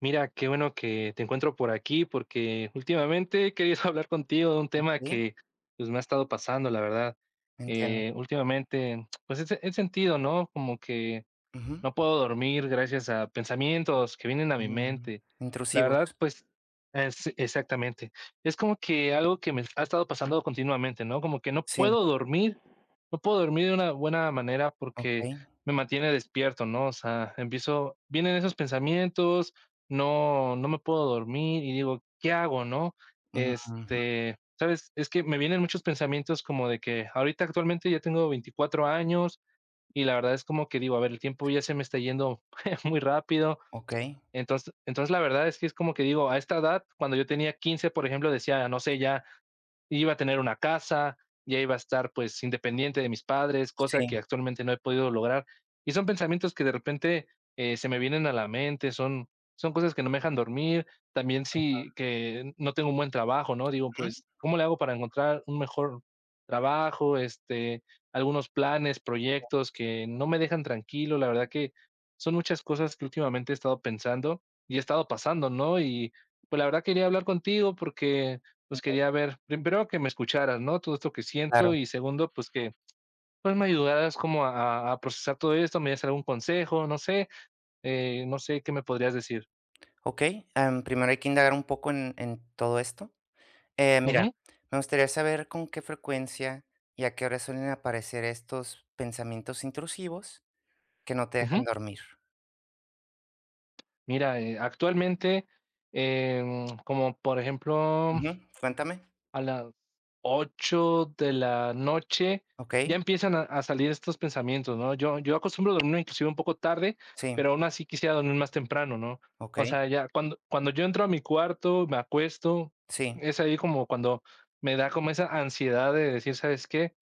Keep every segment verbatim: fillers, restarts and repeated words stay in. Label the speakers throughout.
Speaker 1: Mira, qué bueno que te encuentro por aquí porque últimamente he querido hablar contigo de un tema
Speaker 2: Okey,
Speaker 1: que, pues, me ha estado pasando, la verdad.
Speaker 2: entiendo.
Speaker 1: Eh, últimamente, pues, he se he sentido, ¿no? Como que
Speaker 2: Ujú,
Speaker 1: no puedo dormir gracias a pensamientos que vienen a mi
Speaker 2: mm,
Speaker 1: mente. La
Speaker 2: intrusivos.
Speaker 1: verdad, pues, es exactamente. Es como que algo que me ha estado pasando continuamente, ¿no? Como que no
Speaker 2: Sí,
Speaker 1: puedo dormir, no puedo dormir de una buena manera porque
Speaker 2: okey,
Speaker 1: me mantiene despierto, ¿no? O sea, empiezo vienen esos pensamientos, no no me puedo dormir y digo: "¿Qué hago?", ¿no?
Speaker 2: ujú,
Speaker 1: Este, ¿sabes? Es que me vienen muchos pensamientos como de que ahorita actualmente ya tengo veinticuatro años, y la verdad es como que digo, a ver, el tiempo ya se me está yendo muy rápido.
Speaker 2: okey,
Speaker 1: Entonces, entonces la verdad es que es como que digo, a esta edad, cuando yo tenía quince por ejemplo, decía, no sé, ya iba a tener una casa, ya iba a estar pues independiente de mis padres, cosa
Speaker 2: sí,
Speaker 1: que actualmente no he podido lograr. Y son pensamientos que de repente eh, se me vienen a la mente, son, son cosas que no me dejan dormir, también sí que no tengo un buen trabajo, ¿no? Digo,
Speaker 2: ujú,
Speaker 1: pues, ¿cómo le hago para encontrar un mejor trabajo? Este, algunos planes, proyectos que no me dejan tranquilo, la verdad que son muchas cosas que últimamente he estado pensando y he estado pasando, ¿no? Y pues la verdad quería hablar contigo porque pues quería ver, primero que me escucharas, ¿no? Todo esto que
Speaker 2: claro.
Speaker 1: siento y segundo, pues que pues me ayudaras como a, a- a procesar todo esto, me dieras algún consejo, no sé, eh, no sé qué me podrías decir.
Speaker 2: Okey, em, primero hay que indagar un poco en en todo esto. Eh, mira,
Speaker 1: Ujú,
Speaker 2: me gustaría saber con qué frecuencia y a qué hora suelen aparecer estos pensamientos intrusivos que no te dejan
Speaker 1: ujú.
Speaker 2: dormir.
Speaker 1: Mira, eh, actualmente, em, como por ejemplo,
Speaker 2: Ujú, cuéntame.
Speaker 1: a las ocho de la noche
Speaker 2: Okey,
Speaker 1: ya empiezan a, a salir estos pensamientos, ¿no? Yo, yo acostumbro dormir inclusive un poco tarde,
Speaker 2: sí,
Speaker 1: pero aún así quisiera dormir más temprano, ¿no? O
Speaker 2: okey,
Speaker 1: sea, ya cuando, cuando yo entro a mi cuarto, me acuesto,
Speaker 2: sí,
Speaker 1: es ahí como cuando me da como esa ansiedad de decir, ¿sabes qué?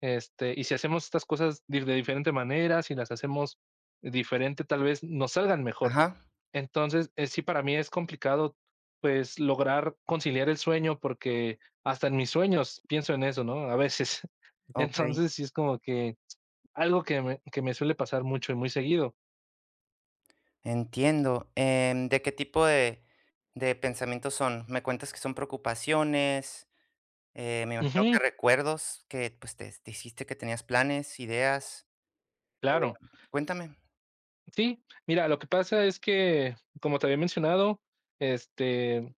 Speaker 1: Este, y si hacemos estas cosas di- de diferente manera, si las hacemos diferente, tal vez nos salgan mejor.
Speaker 2: ajá,
Speaker 1: Entonces, eh, sí, para mí es complicado, pues, lograr conciliar el sueño porque hasta en mis sueños pienso en eso, ¿no? A veces.
Speaker 2: okey.
Speaker 1: Entonces, sí es como que algo que me que me suele pasar mucho y muy seguido.
Speaker 2: Entiendo. Em, ¿de qué tipo de de pensamientos son? Me cuentas que son preocupaciones, eh, me imagino que
Speaker 1: Ujú,
Speaker 2: recuerdos que, pues, te dijiste que tenías planes, ideas, eh,
Speaker 1: claro.
Speaker 2: cuéntame.
Speaker 1: Sí, mira, lo que pasa es que, como te había mencionado, este,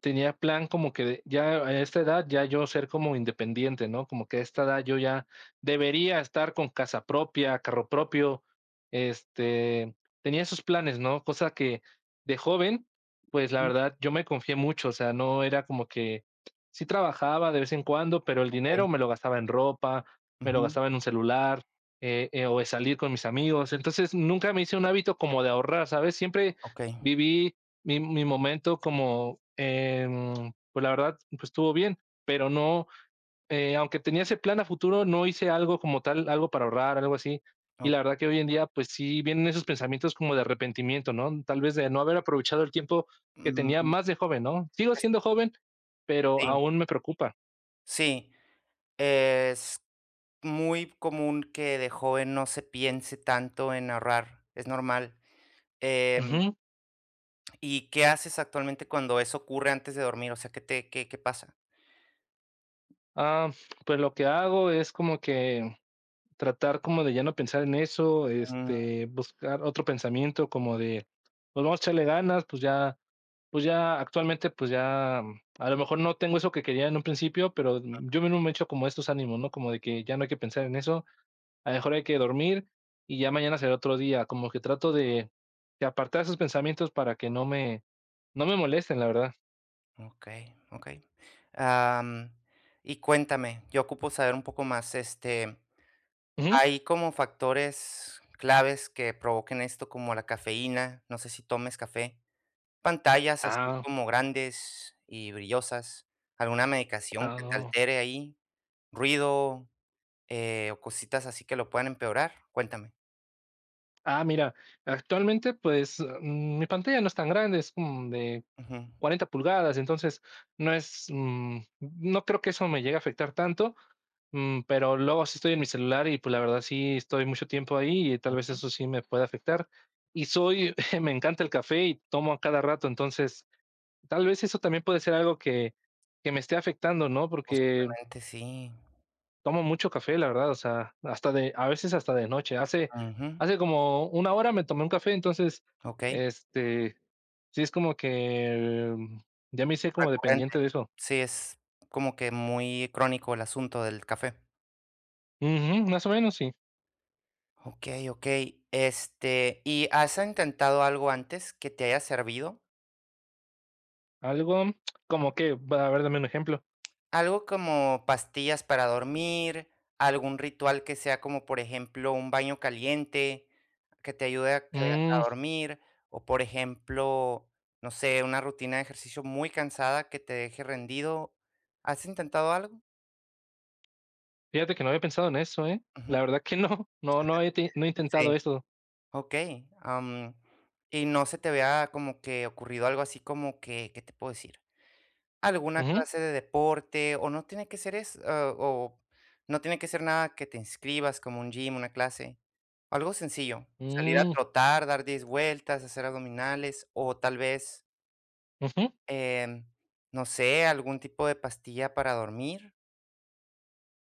Speaker 1: tenía plan como que de- ya a esta edad ya yo ser como independiente, ¿no? Como que a esta edad yo ya debería estar con casa propia, carro propio, este, tenía esos planes, ¿no? Cosa que de joven, pues la
Speaker 2: Mm,
Speaker 1: verdad yo me confié mucho, o sea, no era como que sí trabajaba de vez en cuando, pero el
Speaker 2: okey.
Speaker 1: dinero me lo gastaba en ropa, me lo
Speaker 2: Ujú.
Speaker 1: gastaba en un celular. Eh, eh, o de salir con mis amigos. Entonces nunca me hice un hábito como de ahorrar, ¿sabes? Siempre
Speaker 2: Okey.
Speaker 1: viví mi mi momento como, em, pues, la verdad, pues, estuvo bien, pero no, eh, aunque tenía ese plan a futuro, no hice algo como tal, algo para ahorrar, algo así. Y
Speaker 2: O
Speaker 1: la verdad que hoy en día, pues, sí vienen esos pensamientos como de arrepentimiento, ¿no? Tal vez de no haber aprovechado el tiempo que tenía
Speaker 2: mm,
Speaker 1: más de joven, ¿no? Sigo
Speaker 2: es
Speaker 1: siendo joven, pero
Speaker 2: sí,
Speaker 1: aún me preocupa.
Speaker 2: sí, es muy común que de joven no se piense tanto en ahorrar, es normal. Em,
Speaker 1: Ujú.
Speaker 2: ¿y qué haces actualmente cuando eso ocurre antes de dormir? O sea, ¿qué te qué qué pasa?
Speaker 1: Ah, pues, lo que hago es como que tratar como de ya no pensar en eso, este, buscar otro pensamiento como de, pues, vamos a echarle ganas, pues, ya Pues ya actualmente, pues ya, mm, a lo mejor no tengo eso que quería en un principio, pero mm, yo mismo me echo como estos ánimos, ¿no? Como de que ya no hay que pensar en eso, a lo mejor hay que dormir y ya mañana será otro día. Como que trato de de apartar esos pensamientos para que no me no me molesten, la verdad.
Speaker 2: Okey, okey. Am, y cuéntame, yo ocupo saber un poco más, este,
Speaker 1: Ujú.
Speaker 2: ¿hay como factores claves que provoquen esto, como la cafeína? No sé si tomes café. Pantallas así
Speaker 1: Ah,
Speaker 2: como grandes y brillosas, alguna medicación que te
Speaker 1: ah,
Speaker 2: altere ahí, ruido, eh, o cositas así que lo puedan empeorar. Cuéntame.
Speaker 1: ah, mira, actualmente, pues, mm, mi pantalla no es tan grande, es como de
Speaker 2: Ujú,
Speaker 1: cuarenta pulgadas, entonces no es, mm, no creo que eso me llegue a afectar tanto, mm, pero luego sí estoy en mi celular y pues la verdad sí estoy mucho tiempo ahí y tal vez
Speaker 2: ujú,
Speaker 1: eso sí me puede afectar. Y soy, me encanta el café y tomo a cada rato, entonces tal vez eso también puede ser algo que, que me esté afectando, ¿no? Porque
Speaker 2: posiblemente sí.
Speaker 1: tomo mucho café, la verdad, o sea, hasta de a veces hasta de noche. Hace
Speaker 2: Ujú,
Speaker 1: hace como una hora me tomé un café, entonces,
Speaker 2: okey.
Speaker 1: este, sí es como que, mm, ya me hice como dependiente de eso.
Speaker 2: Sí, es como que muy crónico el asunto del café.
Speaker 1: Ujú, más o menos, sí.
Speaker 2: Okey, okey. Este, ¿y has intentado algo antes que te haya servido?
Speaker 1: Algo como que, va, a ver, dame un ejemplo.
Speaker 2: Algo como pastillas para dormir, algún ritual que sea como, por ejemplo, un baño caliente que te ayude a que a
Speaker 1: Mm,
Speaker 2: dormir, o, por ejemplo, no sé, una rutina de ejercicio muy cansada que te deje rendido, ¿has intentado algo?
Speaker 1: Fíjate que no había pensado en eso, ¿eh?
Speaker 2: Ujú,
Speaker 1: La verdad que no, no, no he te no he
Speaker 2: sí.
Speaker 1: intentado eso.
Speaker 2: Okey, am, y no se te había como que ocurrido algo así como que, ¿qué te puedo decir? Alguna
Speaker 1: Ujú,
Speaker 2: clase de deporte, o no tiene que ser es ah, o no tiene que ser nada que te inscribas como un gym, una clase, algo sencillo, salir a
Speaker 1: mm,
Speaker 2: trotar, dar diez vueltas, hacer abdominales, o tal vez,
Speaker 1: ujú.
Speaker 2: em, no sé, algún tipo de pastilla para dormir.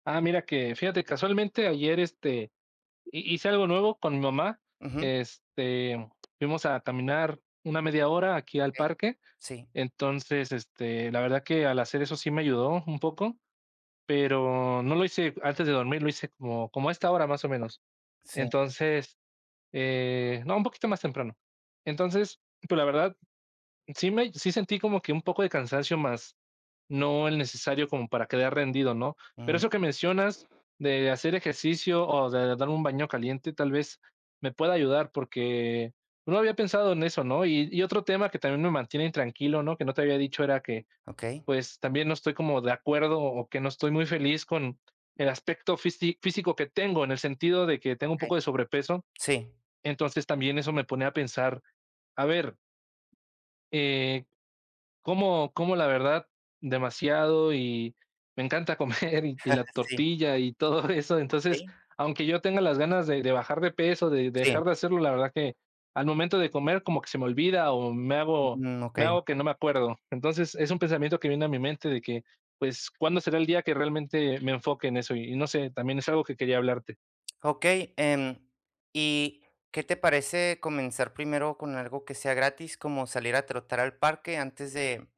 Speaker 1: Ah, mira que, fíjate, casualmente ayer, este Hi hice algo nuevo con mi mamá,
Speaker 2: Ujú,
Speaker 1: este, fuimos a caminar una media hora aquí al
Speaker 2: okey,
Speaker 1: parque,
Speaker 2: sí,
Speaker 1: entonces, este, la verdad que al hacer eso sí me ayudó un poco, pero no lo hice antes de dormir, lo hice como como a esta hora más o menos.
Speaker 2: sí,
Speaker 1: Entonces, eh, no, un poquito más temprano. Entonces, pues, la verdad Sí me sí sentí como que un poco de cansancio más, no el necesario como para quedar rendido, ¿no? Pero
Speaker 2: mm,
Speaker 1: eso que mencionas de hacer ejercicio o de dar un baño caliente, tal vez me pueda ayudar, porque no había pensado en eso, ¿no? Y y otro tema que también me mantiene intranquilo, ¿no? Que no te había dicho era que,
Speaker 2: okey,
Speaker 1: pues, también no estoy como de acuerdo o que no estoy muy feliz con el aspecto físi físico que tengo, en el sentido de que tengo un
Speaker 2: okey,
Speaker 1: poco de sobrepeso.
Speaker 2: sí,
Speaker 1: Entonces, también eso me pone a pensar, a ver, eh, como como, la verdad, demasiado y me encanta comer y y la
Speaker 2: sí,
Speaker 1: tortilla y todo eso. Entonces,
Speaker 2: okey,
Speaker 1: aunque yo tenga las ganas de de bajar de peso, de de
Speaker 2: sí,
Speaker 1: dejar de hacerlo, la verdad que al momento de comer como que se me olvida o me hago
Speaker 2: mm,
Speaker 1: me
Speaker 2: okey.
Speaker 1: hago que no me acuerdo. Entonces, es un pensamiento que viene a mi mente de que, pues, ¿cuándo será el día que realmente me enfoque en eso? Y y no sé, también es algo que quería hablarte.
Speaker 2: Ok, em, ¿y qué te parece comenzar primero con algo que sea gratis, como salir a trotar al parque antes de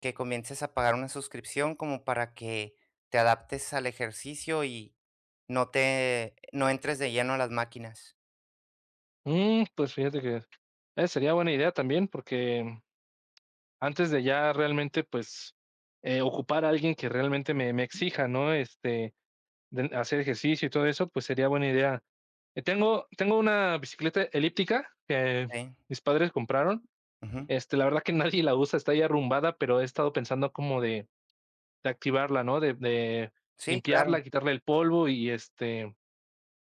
Speaker 2: que comiences a pagar una suscripción, como para que te adaptes al ejercicio y no te, no entres de lleno a las máquinas?
Speaker 1: Mm, pues, fíjate que, eh, sería buena idea también porque antes de ya realmente, pues, eh, ocupar a alguien que realmente me me exija, ¿no? Este, de hacer ejercicio y todo eso, pues, sería buena idea. Eh, tengo tengo una bicicleta elíptica que
Speaker 2: Ok,
Speaker 1: mis padres compraron.
Speaker 2: ujú.
Speaker 1: Este, la verdad que nadie la usa, está ahí arrumbada, pero he estado pensando como de de activarla, ¿no? De de
Speaker 2: Sí, claro,
Speaker 1: limpiarla, quitarle el polvo y, este,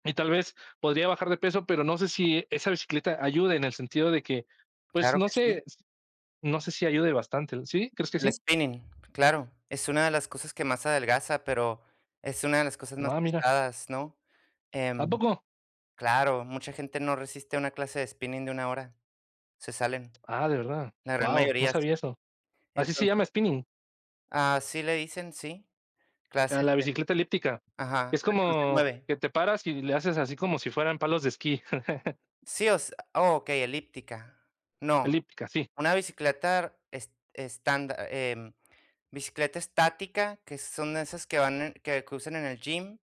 Speaker 1: y tal vez podría bajar de peso, pero no sé si esa bicicleta ayude en el sentido de que, pues,
Speaker 2: claro
Speaker 1: no
Speaker 2: que sí.
Speaker 1: sé no sé si ayude bastante, ¿sí? ¿Crees que
Speaker 2: El
Speaker 1: sí?
Speaker 2: spinning, claro, es una de las cosas que más adelgaza, pero es una de las cosas más
Speaker 1: Ah, mira.
Speaker 2: pesadas, ¿no?
Speaker 1: ¿A
Speaker 2: Em,
Speaker 1: poco?
Speaker 2: claro, mucha gente no resiste una clase de spinning de una hora. Se salen,
Speaker 1: Ah, de verdad.
Speaker 2: la gran
Speaker 1: Wow, no
Speaker 2: mayoría
Speaker 1: sabía
Speaker 2: sí.
Speaker 1: eso. Así se
Speaker 2: Entonces
Speaker 1: llama spinning,
Speaker 2: así le dicen, sí,
Speaker 1: a
Speaker 2: clases
Speaker 1: la
Speaker 2: de
Speaker 1: bicicleta elíptica.
Speaker 2: ajá,
Speaker 1: Es
Speaker 2: la que no se
Speaker 1: como
Speaker 2: mueve.
Speaker 1: que te paras y le haces así como si fueran palos de esquí.
Speaker 2: Sí, o sea oh, okey, elíptica. No,
Speaker 1: Elíptica, sí.
Speaker 2: una bicicleta es estándar, em, bicicleta estática, que son esas que van en que que usan en el gym,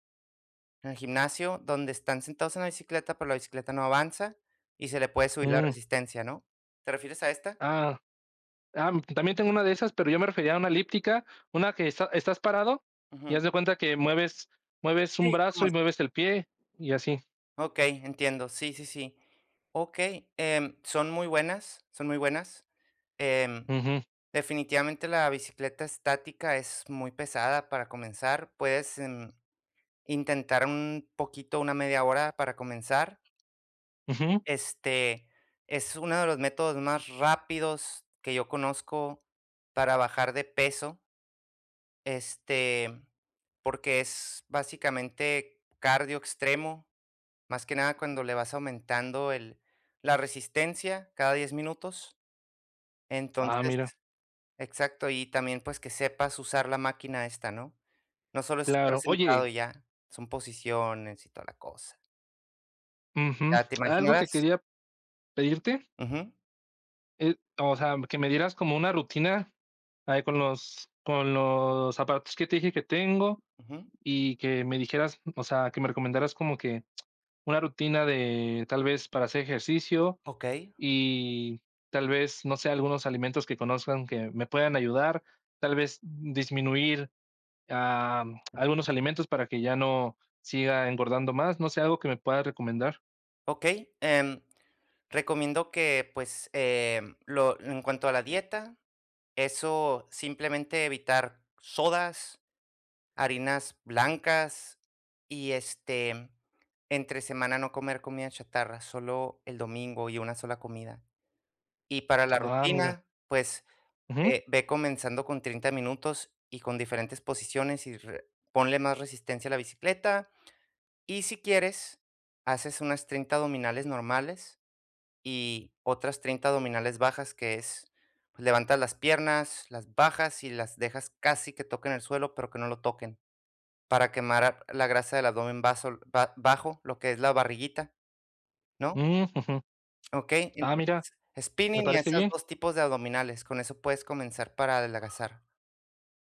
Speaker 2: en el gimnasio, donde están sentados en la bicicleta, pero la bicicleta no avanza y se le puede subir la
Speaker 1: Mm,
Speaker 2: resistencia, ¿no? ¿Te refieres a esta?
Speaker 1: ah, ah, También tengo una de esas, pero yo me refería a una elíptica, una que está- estás parado y
Speaker 2: Ujú.
Speaker 1: haz de cuenta que mueves, mueves un
Speaker 2: Sí, como
Speaker 1: brazo y mueves el pie y así.
Speaker 2: Okey, entiendo. Sí, sí, sí. Okey, em, son muy buenas, son muy buenas. Em,
Speaker 1: Ujú,
Speaker 2: definitivamente la bicicleta estática es muy pesada para comenzar. Puedes, em, intentar un poquito, una media hora para comenzar.
Speaker 1: ujú.
Speaker 2: Este, es uno de los métodos más rápidos que yo conozco para bajar de peso, este, porque es básicamente cardio extremo. Más que nada cuando le vas aumentando el la resistencia cada diez minutos.
Speaker 1: Ah,
Speaker 2: Entonces
Speaker 1: mira,
Speaker 2: exacto, y también, pues, que sepas usar la máquina esta, ¿no? No solo es estar
Speaker 1: claro.
Speaker 2: sentado
Speaker 1: Oye,
Speaker 2: y ya, son posiciones y toda la cosa.
Speaker 1: ujú,
Speaker 2: Ya te
Speaker 1: algo que
Speaker 2: imaginarás.
Speaker 1: quería pedirte,
Speaker 2: Ujú,
Speaker 1: eh, o sea, que me dieras como una rutina ahí con los con los aparatos que te dije que tengo,
Speaker 2: ujú.
Speaker 1: y que me dijeras, o sea, que me recomendaras como que una rutina de tal vez para hacer ejercicio
Speaker 2: Okey,
Speaker 1: y tal vez, no sé, algunos alimentos que conozcan que me puedan ayudar, tal vez disminuir, am, algunos alimentos para que ya no siga engordando más, no sé, algo que me puedas recomendar.
Speaker 2: okey, em, recomiendo que, pues, em, lo en cuanto a la dieta, eso, simplemente evitar sodas, harinas blancas y, este, entre semana no comer comida chatarra, solo el domingo y una sola comida. Y para la
Speaker 1: Ah, mira.
Speaker 2: rutina, pues,
Speaker 1: Ujú,
Speaker 2: ve ve comenzando con treinta minutos y con diferentes posiciones y re ponle más resistencia a la bicicleta. Y si quieres, haces unas treinta abdominales normales y otras treinta abdominales bajas, que es, pues, levantas las piernas, las bajas y las dejas casi que toquen el suelo, pero que no lo toquen. Para quemar la grasa del abdomen baso ba bajo, lo que es la barriguita, ¿no?
Speaker 1: mm, ujú.
Speaker 2: Okey,
Speaker 1: Ah, mira,
Speaker 2: entonces,
Speaker 1: me
Speaker 2: spinning y
Speaker 1: parece
Speaker 2: esos
Speaker 1: bien.
Speaker 2: dos tipos de abdominales, con eso puedes comenzar para adelgazar.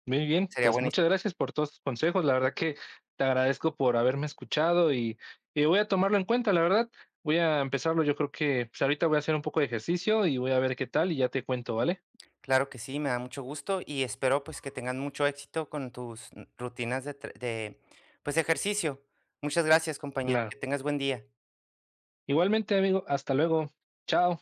Speaker 1: Muy bien,
Speaker 2: Sería
Speaker 1: pues
Speaker 2: buenísimo.
Speaker 1: muchas gracias por todos tus consejos. La verdad que te agradezco por haberme escuchado y, y voy a tomarlo en cuenta, la verdad. Voy a empezarlo, yo creo que pues, ahorita voy a hacer un poco de ejercicio y voy a ver qué tal y ya te cuento, ¿vale?
Speaker 2: Claro que sí, me da mucho gusto y espero, pues, que tengan mucho éxito con tus mm, rutinas de tre de, pues, ejercicio. Muchas gracias, compañero,
Speaker 1: Claro.
Speaker 2: que tengas buen día.
Speaker 1: Igualmente, amigo, hasta luego. Chao.